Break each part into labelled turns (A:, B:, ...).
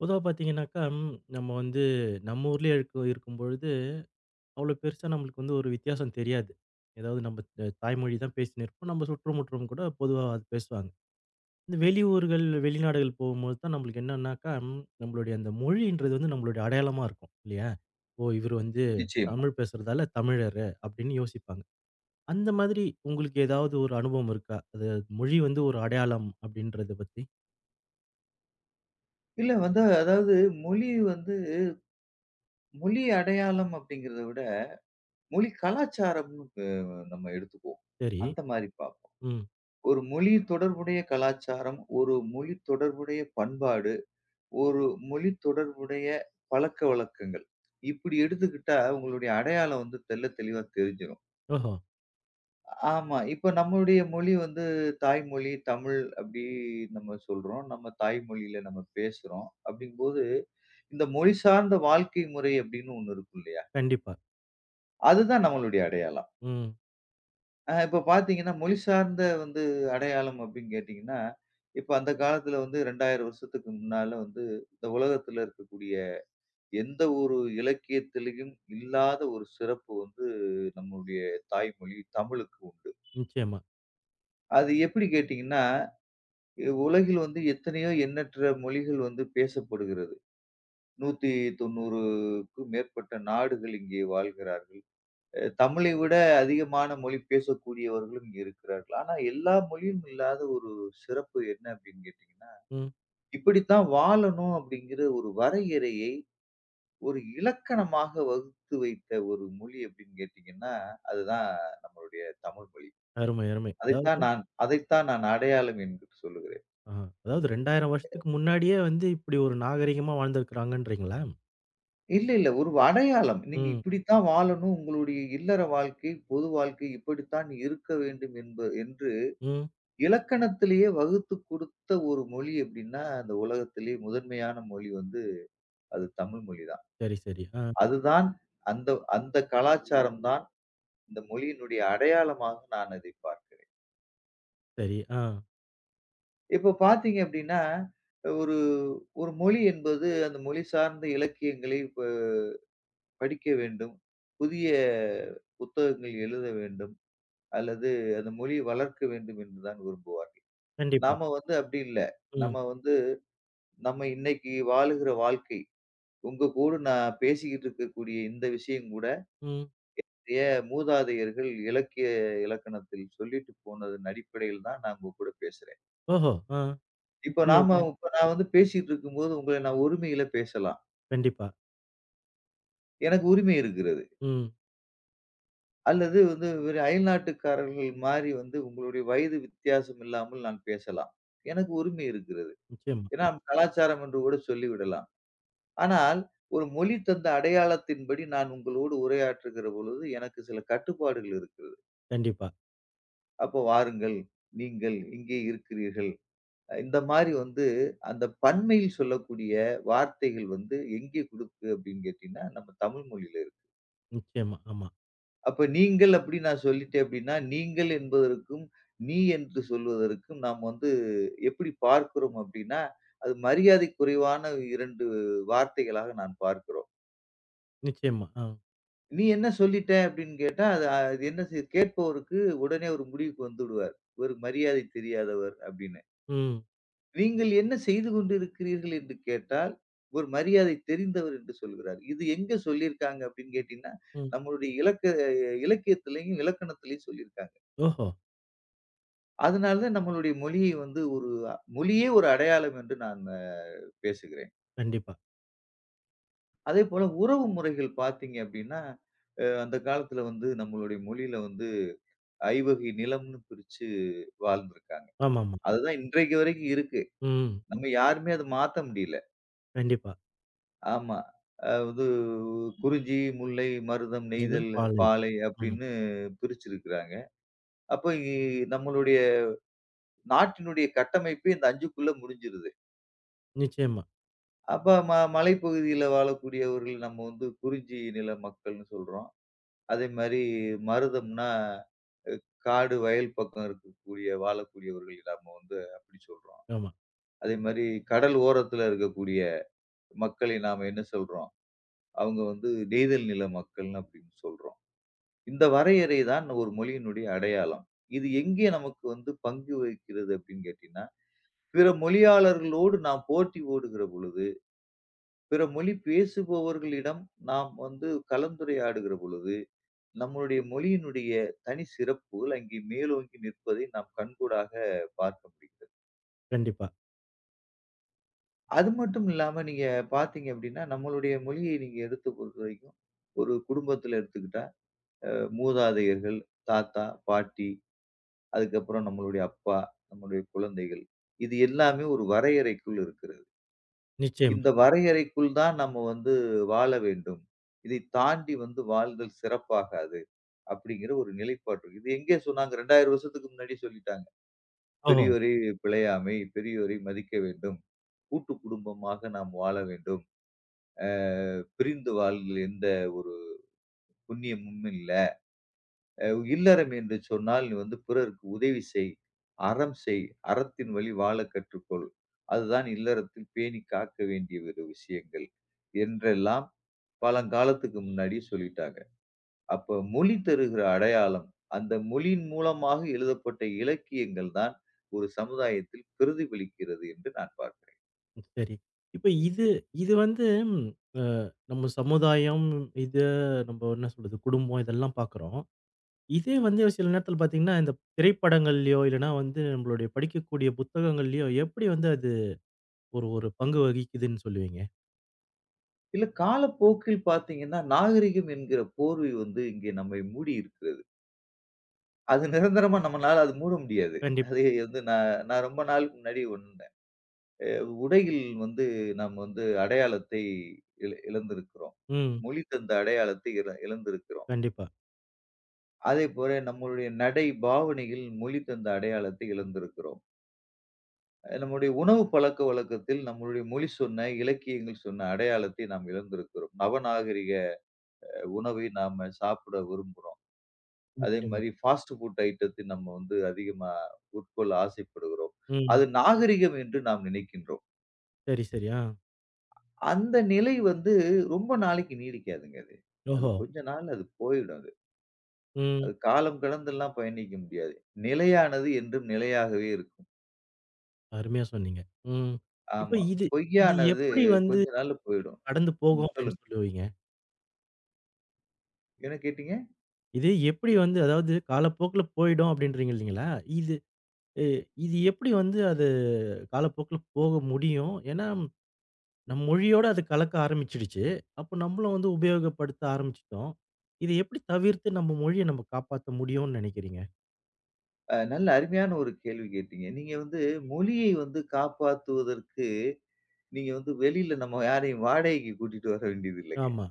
A: பொதுவா பார்த்தீங்கன்னாக்கா, நம்ம வந்து நம்ம ஊர்லயே இருக்கும்பொழுது, அவ்வளோ பெருசா நம்மளுக்கு வந்து ஒரு வித்தியாசம் தெரியாது. ஏதாவது நம்ம தாய்மொழி தான் பேசின்னு இருப்போம். நம்ம சுற்றுமுற்றும் கூட பொதுவா அது பேசுவாங்க. இந்த வெளியூர்கள், வெளிநாடுகள் போகும்போது தான் நம்மளுக்கு என்னன்னாக்கா, நம்மளுடைய அந்த மொழின்றது வந்து நம்மளுடைய அடையாளமா இருக்கும் இல்லையா? ஓ! இவரு வந்து
B: நிச்சயமா.
A: தமிழ் பேசுறதால தமிழரு அப்படின்னு யோசிப்பாங்க. அந்த மாதிரி உங்களுக்கு ஏதாவது ஒரு அனுபவம் இருக்கா? அது மொழி வந்து ஒரு அடையாளம் அப்படின்றத பத்தி?
B: இல்ல வந்து அதாவது மொழி வந்து மொழி அடையாளம் அப்படிங்கிறத விட, மொழி கலாச்சாரம்னு நம்ம எடுத்துக்குவோம்.
A: சரி.
B: அந்த மாரி பார்ப்போம்.
A: ம்.
B: ஒரு மொழி தொடர்புடைய கலாச்சாரம், ஒரு மொழி தொடர்புடைய பண்பாடு, ஒரு மொழி தொடர்புடைய பழக்கவழக்கங்கள். இப்படி எடுத்துக்கிட்டா உங்களுடைய அடையாளம் வந்து தெள்ள தெளிவா தெரிஞ்சிரும்.
A: ஓஹோ!
B: ஆமா. இப்ப நம்மளுடைய மொழி வந்து தாய்மொழி தமிழ் அப்படி நம்ம சொல்றோம். நம்ம தாய்மொழியில நம்ம பேசுறோம். அப்படிங்கும்போது இந்த மொழி சார்ந்த வாழ்க்கை முறை அப்படின்னு ஒண்ணு இருக்கும் இல்லையா?
A: கண்டிப்பா.
B: அதுதான் நம்மளுடைய அடையாளம்.
A: ம்.
B: இப்ப பார்த்தீங்கன்னா, மொழி சார்ந்த வந்து அடையாளம் அப்படின்னு கேட்டீங்கன்னா, இப்ப அந்த காலத்துல வந்து 2000 வருஷத்துக்கு முன்னால வந்து இந்த உலகத்துல இருக்கக்கூடிய எந்த ஒரு இலக்கியத்திலயும் இல்லாத ஒரு சிறப்பு வந்து நம்மளுடைய தாய்மொழி தமிழுக்கு உண்டு.
A: நிச்சயமா.
B: அது எப்படி கேட்டீங்கன்னா, உலகில் வந்து எத்தனையோ எண்ணற்ற மொழிகள் வந்து பேசப்படுகிறது. 190க்கும் மேற்பட்ட நாடுகள் இங்கே வாழ்கிறார்கள். தமிழை விட அதிகமான மொழி பேசக்கூடியவர்களும் இங்க இருக்கிறார்கள். ஆனா, எல்லா மொழியும் இல்லாத ஒரு சிறப்பு என்ன அப்படின்னு கேட்டீங்கன்னா,
A: ம்.
B: இப்படித்தான் வாழணும் அப்படிங்கிற ஒரு வரையறையை ஒரு இலக்கணமாக வகுத்து வைத்த ஒரு மொழி அப்படின்னு கேட்டீங்கன்னா, அதுதான் நம்மளுடைய தமிழ் மொழி.
A: அருமை, அருமை. அதாவது
B: அதைத்தான் நான் அடையாளம் என்று சொல்லுகிறேன்.
A: ஆ அதாவது 2000 வருஷத்துக்கு முன்னாடியே வந்து இப்படி ஒரு நாகரிகமா வாழ்ந்திருக்கிறாங்கன்றீங்களா?
B: இல்ல, இல்ல. ஒரு அடையாளம். நீங்க
A: ம்,
B: இப்படித்தான் வாழணும். உங்களுடைய இல்லற வாழ்க்கை, பொது வாழ்க்கை இப்படித்தான் இருக்க வேண்டும் என்று
A: ம்.
B: இலக்கணத்திலேயே வகுத்து கொடுத்த ஒரு மொழி அப்படின்னா, அந்த உலகத்திலேயே முதன்மையான மொழி வந்து அது தமிழ் மொழி தான்.
A: சரி, சரி. ஆ,
B: அதுதான் அந்த அந்த கலாச்சாரம் தான் இந்த மொழியினுடைய அடையாளமாக நான் அதை பார்க்கிறேன்.
A: சரி. ஆ,
B: இப்போ பார்த்தீங்க அப்படின்னா, ஒரு ஒரு மொழி என்பது அந்த மொழி சார்ந்த இலக்கியங்களை படிக்க வேண்டும். புதிய புத்தகங்கள் எழுத வேண்டும். அல்லது அந்த மொழியை வளர்க்க வேண்டும் என்று தான் விரும்புவார்கள்.
A: கண்டிப்பா.
B: நாம வந்து அப்படி இல்ல.
A: ம்,
B: நம்ம வந்து நம்ம இன்னைக்கு வாழுகிற வாழ்க்கை உங்க கூட நான் பேசிக்கிட்டு இருக்கக்கூடிய இந்த விஷயம் கூட,
A: ம்.
B: மூதாதையர்கள் இலக்கிய இலக்கணத்தில் சொல்லிட்டு போனதன் அடிப்படையில் தான் நான் உங்க கூட பேசுறேன்.
A: ஓஹோ! ஆ. எப்படி அது?
B: இப்ப நான் வந்து பேசிட்டு இருக்கும்போது உங்கள நான் உரிமையில பேசலாம்.
A: கண்டிப்பா.
B: எனக்கு உரிமை இருக்கிறது.
A: ம்.
B: அல்லது வந்து ஒரு அயல்நாட்டுக்காரர்கள் மாரி வந்து உங்களுடைய வயது வித்தியாசம் இல்லாமல் நான் பேசலாம். எனக்கு உரிமை இருக்கிறது.
A: நிச்சயமா.
B: ஏன்னா நம்ம கலாச்சாரம் என்று கூட சொல்லிவிடலாம். ஆனால் ஒரு மொழி தந்த அடையாளத்தின்படி நான் உங்களோடு உரையாற்றுகிற பொழுது எனக்கு சில கட்டுப்பாடுகள் இருக்கு.
A: கண்டிப்பா.
B: அப்போ வாருங்கள், நீங்கள் இங்கே இருக்கிறீர்கள். இந்த மாரி வந்து அந்த பன்மையில் சொல்லக்கூடிய வார்த்தைகள் வந்து எங்கே குடுக்கு அப்படின்னு கேட்டீங்கன்னா, நம்ம தமிழ் மொழியில இருக்கு.
A: நிச்சயமா. ஆமா.
B: அப்ப நீங்கள் அப்படி நான் சொல்லிட்டேன் அப்படின்னா, நீங்கள் என்பதற்கும், நீ என்று சொல்வதற்கும் நாம் வந்து எப்படி பார்க்கிறோம் அப்படின்னா, அது மரியாதை குறைவான 2 வார்த்தைகளாக நான் பார்க்கிறோம்.
A: நிச்சயமா. ஆ.
B: நீ என்ன சொல்லிட்ட அப்படின்னு கேட்டா, அது அது என்ன செய் கேட்பவருக்கு உடனே ஒரு முடிவுக்கு வந்துடுவார். ஒரு மரியாதை தெரியாதவர் அப்படின்னு.
A: ம்,
B: நீங்கள் என்ன செய்து கொண்டிருக்கிறீர்கள் என்று கேட்டால், ஒரு மரியாதை தெரிந்தவர் என்று சொல்கிறார். இது எங்க சொல்லியிருக்காங்க அப்படின்னு கேட்டீங்கன்னா,
A: ம்.
B: நம்மளுடைய இலக்கியத்திலேயும், இலக்கணத்திலேயும் சொல்லியிருக்காங்க.
A: ஓஹோ!
B: அதனால தான் நம்மளுடைய மொழியை வந்து ஒரு மொழியே ஒரு அடையாளம் என்று நான் பேசுகிறேன்.
A: கண்டிப்பா.
B: அதேபோல உறவு முறைகள் பார்த்தீங்க அப்படின்னா, அந்த காலத்தில வந்து நம்மளுடைய மொழியில வந்து ஐவகை நிலம்ன்னு பிரிச்சு வாழ்ந்திருக்காங்க.
A: ஆமாமா.
B: அதுதான் இன்றைக்கு வரைக்கும் இருக்கு.
A: ம்.
B: நம்ம யாருமே அத மாத்த முடியல.
A: கண்டிப்பா.
B: ஆமா. அது குறிஞ்சி, முல்லை, மருதம்,
A: முதல்
B: நெய்தல்,
A: பாலை.
B: பாலை
A: ம்.
B: அப்படின்னு பிரிச்சிருக்கிறாங்க. அப்ப இ நம்மளுடைய நாட்டினுடைய கட்டமைப்பே இந்த 5க்குள்ள முடிஞ்சிருது.
A: நிச்சயமா.
B: அப்ப மலைப்பகுதியில வாழக்கூடியவர்கள் நம்ம வந்து குறிஞ்சி நில மக்கள்னு சொல்றோம். அதே மாரி மருதம்னா காடு, வயல் பக்கம் இருக்கக்கூடிய வாழக்கூடியவர்களை நாம வந்து அப்படி சொல்றோம்.
A: ஆமா.
B: அதே மாரி கடல் ஓரத்துல இருக்கக்கூடிய மக்களை நாம என்ன சொல்றோம்? அவங்க வந்து நெய்தல் நில மக்கள்னு அப்படின்னு சொல்றோம். இந்த வரையறை தான் ஒரு மொழியினுடைய அடையாளம். இது எங்கே நமக்கு வந்து பங்கு வகிக்கிறது அப்படின்னு கேட்டீங்கன்னா, பிற மொழியாளர்களோடு நாம் போட்டி ஓடுகிற பொழுது, பிற மொழி பேசுபவர்களிடம் நாம் வந்து கலந்துரையாடுகிற பொழுது, நம்மளுடைய மொழியினுடைய தனி சிறப்புகள் அங்கே மேலோங்கி நிற்பதை நாம் கண்கூடாக பார்க்க முடிகிறது.
A: கண்டிப்பா.
B: அது மட்டும் இல்லாம நீங்க பார்த்தீங்க அப்படின்னா, நம்மளுடைய மொழியை நீங்க எடுத்து பொறுத்தவரைக்கும், ஒரு குடும்பத்தில எடுத்துக்கிட்டா, மூதாதையர்கள், தாத்தா, பாட்டி அதுக்கப்புறம் நம்மளுடைய அப்பா, நம்முடைய குழந்தைகள். இது எல்லாமே ஒரு வரையறைக்குள் இருக்கிறது.
A: நிச்சயமா.
B: இந்த வரையறைக்குள் தான் நம்ம வந்து வாழ வேண்டும். இதை தாண்டி வந்து வாழ்தல் சிறப்பாகாது. அப்படிங்கிற ஒரு நிலைப்பாடு இருக்கு. இது எங்கே சொன்னாங்க? 2000 வருஷத்துக்கு முன்னாடியே சொல்லிட்டாங்க.
A: ஓஹோ!
B: பெரியோரை பிழையாமை, பெரியோரை மதிக்க வேண்டும். கூட்டு குடும்பமாக நாம் வாழ வேண்டும். அ பிரிந்து வாழ்தல் எந்த ஒரு புண்ணியமும் இல்ல. இல்லறம் என்று சொன்னால் நீ வந்து பிறருக்கு உதவி செய் அறம் செய் அறத்தின் வழி வாழ கற்றுக்கொள் அதுதான் இல்லறத்தில் பேணி காக்க வேண்டிய ஒரு விஷயங்கள் என்றெல்லாம் பழங்காலத்துக்கு முன்னாடி சொல்லிட்டாங்க. அப்ப மொழி தருகிற அடையாளம் அந்த மொழியின் மூலமாக எழுதப்பட்ட இலக்கியங்கள் தான் ஒரு சமுதாயத்தில் பிரதிபலிக்கிறது என்று நான் பார்க்கிறேன்.
A: சரி. இப்ப இது இது வந்து ம் அ நம்ம சமுதாயம், இது நம்ம என்ன சொல்றது, குடும்பம் இதெல்லாம் பார்க்குறோம். இதே வந்து சில நேரத்தில பார்த்தீங்கன்னா, இந்த திரைப்படங்கள்லயோ, இல்லன்னா வந்து நம்மளுடைய படிக்கக்கூடிய புத்தகங்கள்லயோ, எப்படி வந்து அது ஒரு ஒரு பங்கு வகிக்குதுன்னு சொல்லுவீங்க?
B: இல்ல காலப்போக்கில் பாத்தீங்கன்னா நாகரிகம் என்கிற போர்வை வந்து இங்கே நம்மை மூடி இருக்கிறது. அது நிரந்தரமா நம்மனால அது மூட முடியாது.
A: கண்டிப்பா.
B: அது வந்து நான் நான் ரொம்ப நாளுக்கு முன்னாடி உணர்ந்தேன். அ உடையில் வந்து நாம் வந்து அடையாளத்தை இழந்திருக்கிறோம்.
A: ம்.
B: மொழி தந்த அடையாளத்தை இழந்திருக்கிறோம்.
A: கண்டிப்பா.
B: அதேபோல நம்மளுடைய நடை, பாவனையில் மொழி தந்த அடையாளத்தை இழந்திருக்கிறோம். நம்முடைய உணவு பழக்கவழக்கத்தில் நம்மளுடைய மொழி சொன்ன, இலக்கியங்கள் சொன்ன அடையாளத்தை நாம் இழந்திருக்கிறோம். நவநாகரிக உணவை நாம சாப்பிட விரும்புறோம். அதே
A: நிச்சயமா.
B: மாதிரி ஃபாஸ்ட் ஃபுட் ஐட்டத்தை நம்ம வந்து அதிகமா உட்கொள்ள ஆசைப்படுகிறோம்.
A: ம்.
B: அது நாகரிகம் என்று நாம் நினைக்கின்றோம்.
A: சரி, சரி. ஆ.
B: அந்த நிலை வந்து ரொம்ப நாளைக்கு நீடிக்காதுங்க அது. அது
A: ஓஹோ!
B: கொஞ்ச நாள் அது போயிடும் அது.
A: ம்.
B: அது காலம் கடந்தெல்லாம் பயணிக்க முடியாது. நிலையானது என்றும் நிலையாகவே இருக்கும்.
A: அருமையா சொன்னீங்க. ம். இப்ப
B: ஆமா.
A: இது இது
B: பொய்யானது
A: எப்படி வந்து
B: கொஞ்ச நாள்ல போயிடும்.
A: கடந்து
B: ம்.
A: போகும் அப்படின்னு
B: சொல்லுங்க.
A: சொல்லுவீங்க?
B: என்ன கேட்டீங்க?
A: இது எப்படி வந்து அதாவது காலப்போக்குல போயிடும் அப்படின்றீங்க இல்லைங்களா? இது அ இது எப்படி வந்து அது காலப்போக்குல போக முடியும்? ஏன்னா, நம் மொழியோட அது கலக்க ஆரம்பிச்சுடுச்சு. அப்போ நம்மளும் வந்து உபயோகப்படுத்த ஆரம்பிச்சுட்டோம். இத எப்படி தவிர்த்து நம்ம மொழிய நம்ம காப்பாத்த முடியும்னு நினைக்கிறீங்க?
B: நல்ல அருமையான ஒரு கேள்வி கேட்டீங்க. நீங்க வந்து மொழியை வந்து காப்பாத்துவதற்கு, நீங்க வந்து வெளியில நம்ம யாரையும் வாடகைக்கு கூட்டிட்டு வர வேண்டியது இல்லங்க.
A: ஆமா.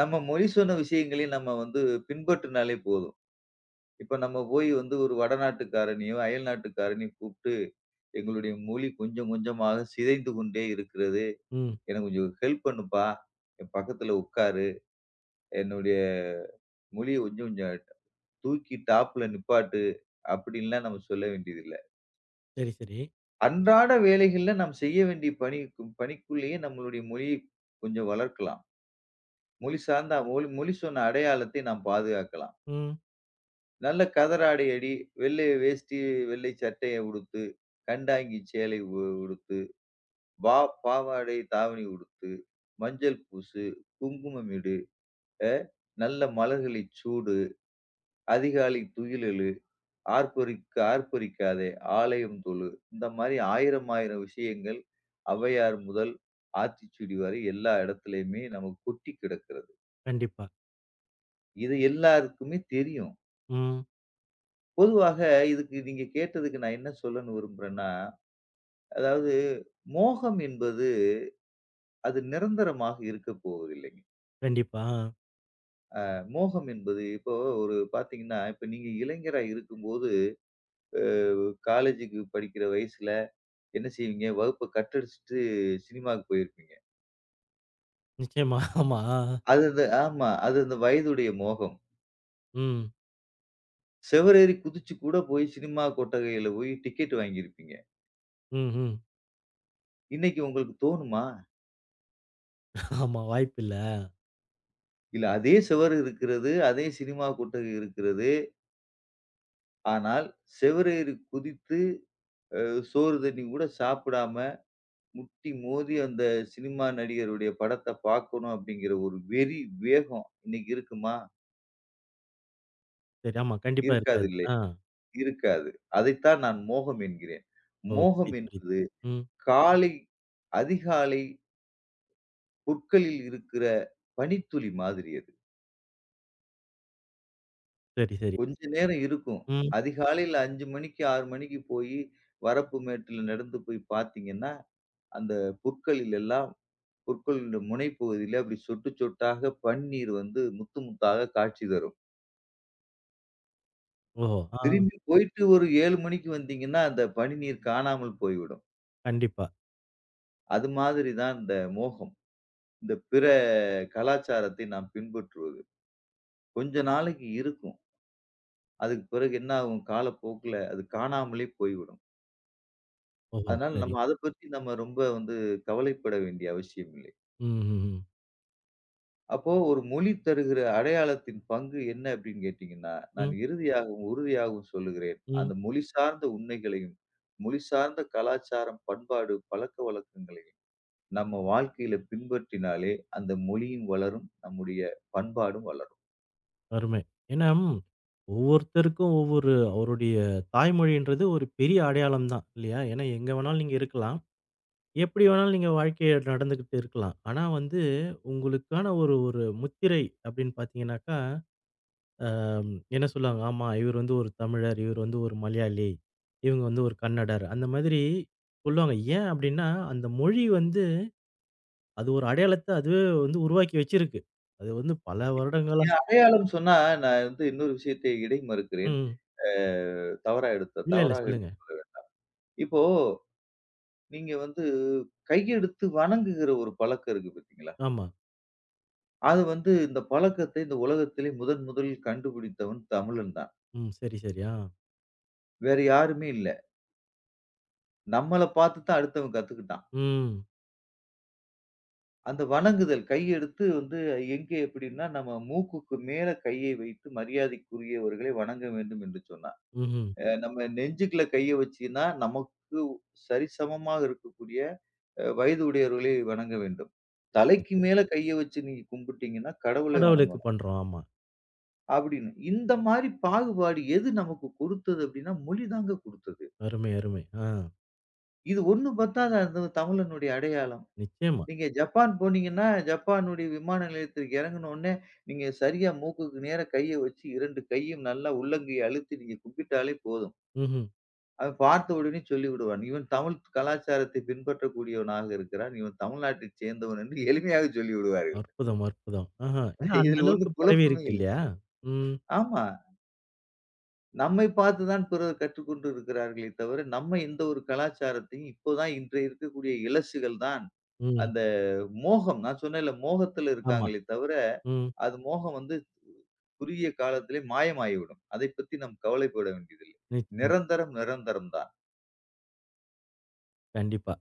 B: நம்ம மொழி சொன்ன விஷயங்களை நம்ம வந்து பின்பற்றினாலே போதும். இப்ப நம்ம போய் வந்து ஒரு வடநாட்டுக்காரனையோ, அயல் நாட்டுக்காரனையும் கூப்பிட்டு, "எங்களுடைய மொழி கொஞ்சம் கொஞ்சமாக சிதைந்து கொண்டே இருக்கிறது.
A: ம்.
B: எனக்கு கொஞ்சம் ஹெல்ப் பண்ணுப்பா. என் பக்கத்துல உட்காரு. என்னுடைய மொழிய கொஞ்சம் கொஞ்சம் தூக்கி டாப்ல நிப்பாட்டு." அப்படின்லாம் நம்ம சொல்ல வேண்டியதில்ல.
A: சரி, சரி.
B: அன்றாட வேலைகள்ல நாம் செய்ய வேண்டிய பணிக்கு பணிக்குள்ளேயே நம்மளுடைய மொழியை கொஞ்சம் வளர்க்கலாம். மொழி சார்ந்த மொழி மொழி சொன்ன அடையாளத்தை நாம் பாதுகாக்கலாம்.
A: ம்.
B: நல்ல கதர் ஆடை அடி, வெள்ளை வேஷ்டி, வெள்ளை சட்டைய உடுத்து, கண்டாங்கி சேலை உடுத்து, பா பாவாடை, தாவணி உடுத்து, மஞ்சள் பூசு, குங்குமம் இடு, அ நல்ல மலர்களைச் சூடு, அதிகாலை துயில் எழு, ஆர்ப்பரிக்க ஆர்ப்பரிக்காதே, ஆலயம் தொழு. இந்த மாரி 1000 1000 விஷயங்கள் ஔவையார் முதல் ஆத்திச்சூடி வரை எல்லா இடத்துலயுமே நமக்கு கொட்டி கிடக்கிறது.
A: கண்டிப்பா.
B: இது எல்லாருக்குமே தெரியும்.
A: ம்.
B: பொதுவாக இதுக்கு நீங்க கேட்டதுக்கு நான் என்ன சொல்லன்னு விரும்புறேன்னா அதாவது மோகம் என்பது அது நிரந்தரமாக இருக்க போவதில்லைங்க.
A: கண்டிப்பா. ஆ.
B: மோகம் என்பது இப்போ ஒரு பார்த்தீங்கன்னா, இப்ப நீங்க இளைஞரா இருக்கும்போது, அ காலேஜுக்கு படிக்கிற வயசுல என்ன செய்வீங்க? வகுப்ப கட் அடிச்சுட்டு சினிமாக்கு போயிருப்பீங்க.
A: நிச்சயமா. ஆமா. ஆ. ஆ.
B: அது அது ஆமா. அது அந்த வயதுடைய மோகம்.
A: ம்.
B: செவரேறி குதிச்சு கூட போய் சினிமா கொட்டகையில போய் டிக்கெட் வாங்கியிருப்பீங்க.
A: ம், ம்.
B: இன்னைக்கு உங்களுக்கு தோணுமா?
A: ஆமா. வாய்ப்பில்ல.
B: இல்ல அதே செவரு இருக்கிறது, அதே சினிமா கொட்டகை இருக்கிறது. ஆனால் செவரேறி குதித்து அ சோறு தண்ணி கூட சாப்பிடாம முட்டி மோதி அந்த சினிமா நடிகருடைய படத்த பார்க்கணும் அப்படிங்கிற ஒரு வெறி, வேகம் இன்னைக்கு இருக்குமா?
A: சரி. ஆமா. கண்டிப்பா
B: இருக்காது
A: இருக்காது.
B: இல்லையா?
A: ஆ.
B: இருக்காது. அதைத்தான் நான் மோகம் என்கிறேன்.
A: ஓ!
B: மோகம்
A: புரியுது, புரியுது.
B: என்பது
A: ம்.
B: காலை அதிகாலை புற்களில் இருக்கிற பனித்துளி மாதிரி அது.
A: சரி, சரி.
B: கொஞ்ச நேரம் இருக்கும்.
A: ம்.
B: அதிகாலையில 5 மணிக்கு, 6 மணிக்கு போயி வரப்பு மேட்டுல நடந்து போய் பார்த்தீங்கன்னா, அந்த புற்களில் எல்லாம் புற்களின் முனைப்பகுதியில அப்படி சொட்டு சொட்டாக பன்னீர் வந்து முத்து முத்தாக காட்சி தரும்.
A: ஓஹோ! ஆ.
B: திரும்பி போயிட்டு ஒரு 7 மணிக்கு வந்தீங்கன்னா, அந்த பனி நீர் காணாமல் போய்விடும்.
A: கண்டிப்பா.
B: அது மாதிரி தான் இந்த மோகம். இந்த பிற கலாச்சாரத்தை நாம் பின்பற்றுவது. கொஞ்ச நாளைக்கு இருக்கும். அதுக்கு பிறகு என்ன ஆகும்? காலப்போக்குல அது காணாமலே போய்விடும்.
A: ஓஹோ!
B: அதனால
A: சரி.
B: நம்ம அத பத்தி நம்ம ரொம்ப வந்து கவலைப்பட வேண்டிய அவசியம் இல்லை.
A: ம்ஹ்ஹ்ம்.
B: அப்போ ஒரு மொழி தருகிற அடையாளத்தின் பங்கு என்ன அப்படின்னு கேட்டீங்கன்னா,
A: ம்,
B: நான்
A: ம்.
B: இறுதியாகவும், உறுதியாகவும் சொல்லுகிறேன்.
A: ம், ம்.
B: அந்த மொழி சார்ந்த உண்மைகளையும், மொழி சார்ந்த கலாச்சாரம், பண்பாடு, பழக்கவழக்கங்களை நம்ம வாழ்க்கையில பின்பற்றினாலே, அந்த மொழியும் வளரும், நம்முடைய பண்பாடும் வளரும்.
A: அருமை. ஏன்னா, ம், ஒவ்வொருத்தருக்கும் ஒவ்வொரு அவருடைய தாய்மொழின்றது ஒரு பெரிய அடையாளம் தான் இல்லையா? ஏன்னா, எங்க வேணாலும் நீங்க இருக்கலாம். எப்படி வேணாலும் நீங்க வாழ்க்கைய நடந்துகிட்டு இருக்கலாம். ஆனா வந்து, உங்களுக்கான ஒரு ஒரு முத்திரை அப்படின்னு பார்த்தீங்கன்னாக்கா, அம் என்ன சொல்லுவாங்க? ஆமா, இவர் வந்து ஒரு தமிழர், இவர் வந்து ஒரு மலையாளி, இவங்க வந்து ஒரு கன்னடர். அந்த மாதிரி சொல்லுவாங்க. ஏன் அப்படின்னா, அந்த மொழி வந்து அது ஒரு அடையாளத்த அதுவே வந்து உருவாக்கி வச்சிருக்கு. அது வந்து பல வருடங்களா
B: நீங்க அடையாளம் சொன்னா, நான் வந்து இன்னொரு விஷயத்தை இடை மறுக்கிறேன்.
A: ம்.
B: அ தவறா எடுத்த
A: இல்ல, இல்ல.
B: தவறாக எடுத்
A: சொல்லுங்க.
B: இப்போ நீங்க வந்து கையெடுத்து வணங்குகிற ஒரு பழக்கம் இருக்கு பார்த்தீங்களா?
A: ஆமா.
B: அது வந்து இந்த பழக்கத்தை இந்த உலகத்திலே முதன் முதலில் கண்டுபிடித்தவன் தமிழன் தான்.
A: ம். சரி, சரி. ஆ.
B: வேற யாருமே இல்ல. நம்மள பார்த்து தான் அடுத்தவன் கத்துக்கிட்டான்.
A: ம்.
B: அந்த வணங்குதல் கையெடுத்து வந்து எங்கே எப்படின்னா, நம்ம மூக்குக்கு மேல கையை வைத்து மரியாதைக்குரியவர்களை வணங்க வேண்டும் என்று சொன்னா.
A: ம்ஹ்ம்.
B: நம்ம நெஞ்சுக்குள்ள கைய வச்சுன்னா, நமக்கு சரிசமமாக இருக்கக்கூடிய வயது உடையவர்களை வணங்க வேண்டும். தலைக்கு மேல கைய வச்சு நீங்க கும்பிட்டீங்கன்னா, கடவுளை
A: கடவுளுக்கு
B: வணங்கணும்.
A: பண்றோம். ஆமா.
B: அப்படின்னு. இந்த மாரி பாகுபாடு எது நமக்கு கொடுத்தது அப்படின்னா, மொழி தாங்க கொடுத்தது.
A: அருமை, அருமை. ஆ.
B: இது ஒண்ணு பத்தாதா அந்த தமிழனுடைய அடையாளம்.
A: நிச்சயமா.
B: நீங்க ஜப்பான் போனீங்கன்னா, ஜப்பானுடைய விமான நிலையத்திற்கு இறங்குன உடனே, நீங்க சரியா மூக்குக்கு நேரா கைய வச்சு 2 கையும் நல்லா உள்ளங்கைய அழுத்தி நீங்க கும்பிட்டாலே போதும்.
A: ம்ஹ்ம்.
B: அவன் பார்த்த உடனே சொல்லிவிடுவான். இவன் தமிழ் கலாச்சாரத்தை பின்பற்றக்கூடியவனாக இருக்கிறான். இவன் தமிழ்நாட்டைச் சேர்ந்தவன் என்று எளிமையாக சொல்லிவிடுவார்கள்.
A: அற்புதம், அற்புதம். ஆஹா. ஏன்னா அந்த
B: இதில்
A: அளவுக்கு
B: ஒண்ணும் குழப்பமே
A: பரவியிருக்கு
B: இல்லை.
A: இல்லையா? ம்.
B: ஆமா. நம்மை பார்த்து தான் பிறர் கற்றுக்கொண்டு இருக்கிறார்களே தவிர, நம்ம எந்த ஒரு கலாச்சாரத்தையும் இப்போதான் இன்று இருக்கக்கூடிய இலசுகள் தான்
A: ம்.
B: அந்த மோகம் நான் சொன்னேன்ல, மோகத்துல
A: ஆமா.
B: இருக்காங்களே தவிர,
A: ம்.
B: அது மோகம் வந்து குறுகிய காலத்திலே மாயமாகிவிடும். அதைப் பத்தி நாம் கவலைப்பட வேண்டியதில்லை.
A: நிச்சயம்.
B: நிரந்தரம், நிரந்தரம் தான்.
A: கண்டிப்பா.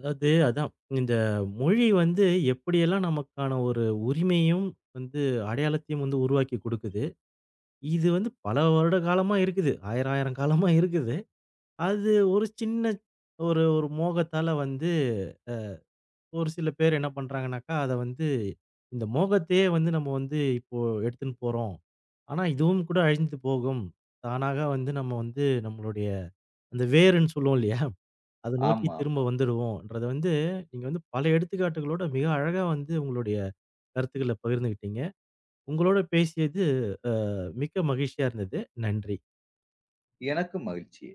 A: அதாவது அதான். இந்த மொழி வந்து எப்படியெல்லாம் நமக்கான ஒரு உரிமையும், வந்து அடையாளத்தையும் வந்து உருவாக்கி குடுக்குது. இது வந்து பல வருட காலமா இருக்குது. 1000 1000 காலமா இருக்குது. அது ஒரு சின்ன ஒரு ஒரு மோகத்தால வந்து ஒரு சில பேர் என்ன பண்றாங்கனாக்கா, அத வந்து இந்த மோகத்தையே வந்து நம்ம வந்து இப்போ எடுத்துன்னு போறோம். ஆனா இதுவும் கூட அழிந்து போகும். தானாக வந்து நம்ம வந்து நம்மளுடைய அந்த வேருன்னு சொல்லுவோம் இல்லையா? அத நோக்கி
B: ஆமா,
A: திரும்ப
B: ஆமா.
A: வந்துடுவோம்ன்றத வந்து நீங்க வந்து பல எடுத்துக்காட்டுகளோட மிக அழகா வந்து உங்களுடைய கருத்துக்கள பகிர்ந்துகிட்டீங்க. உங்களோட பேசியது மிக்க மகிழ்ச்சியா இருந்தது. நன்றி.
B: எனக்கும் மகிழ்ச்சி.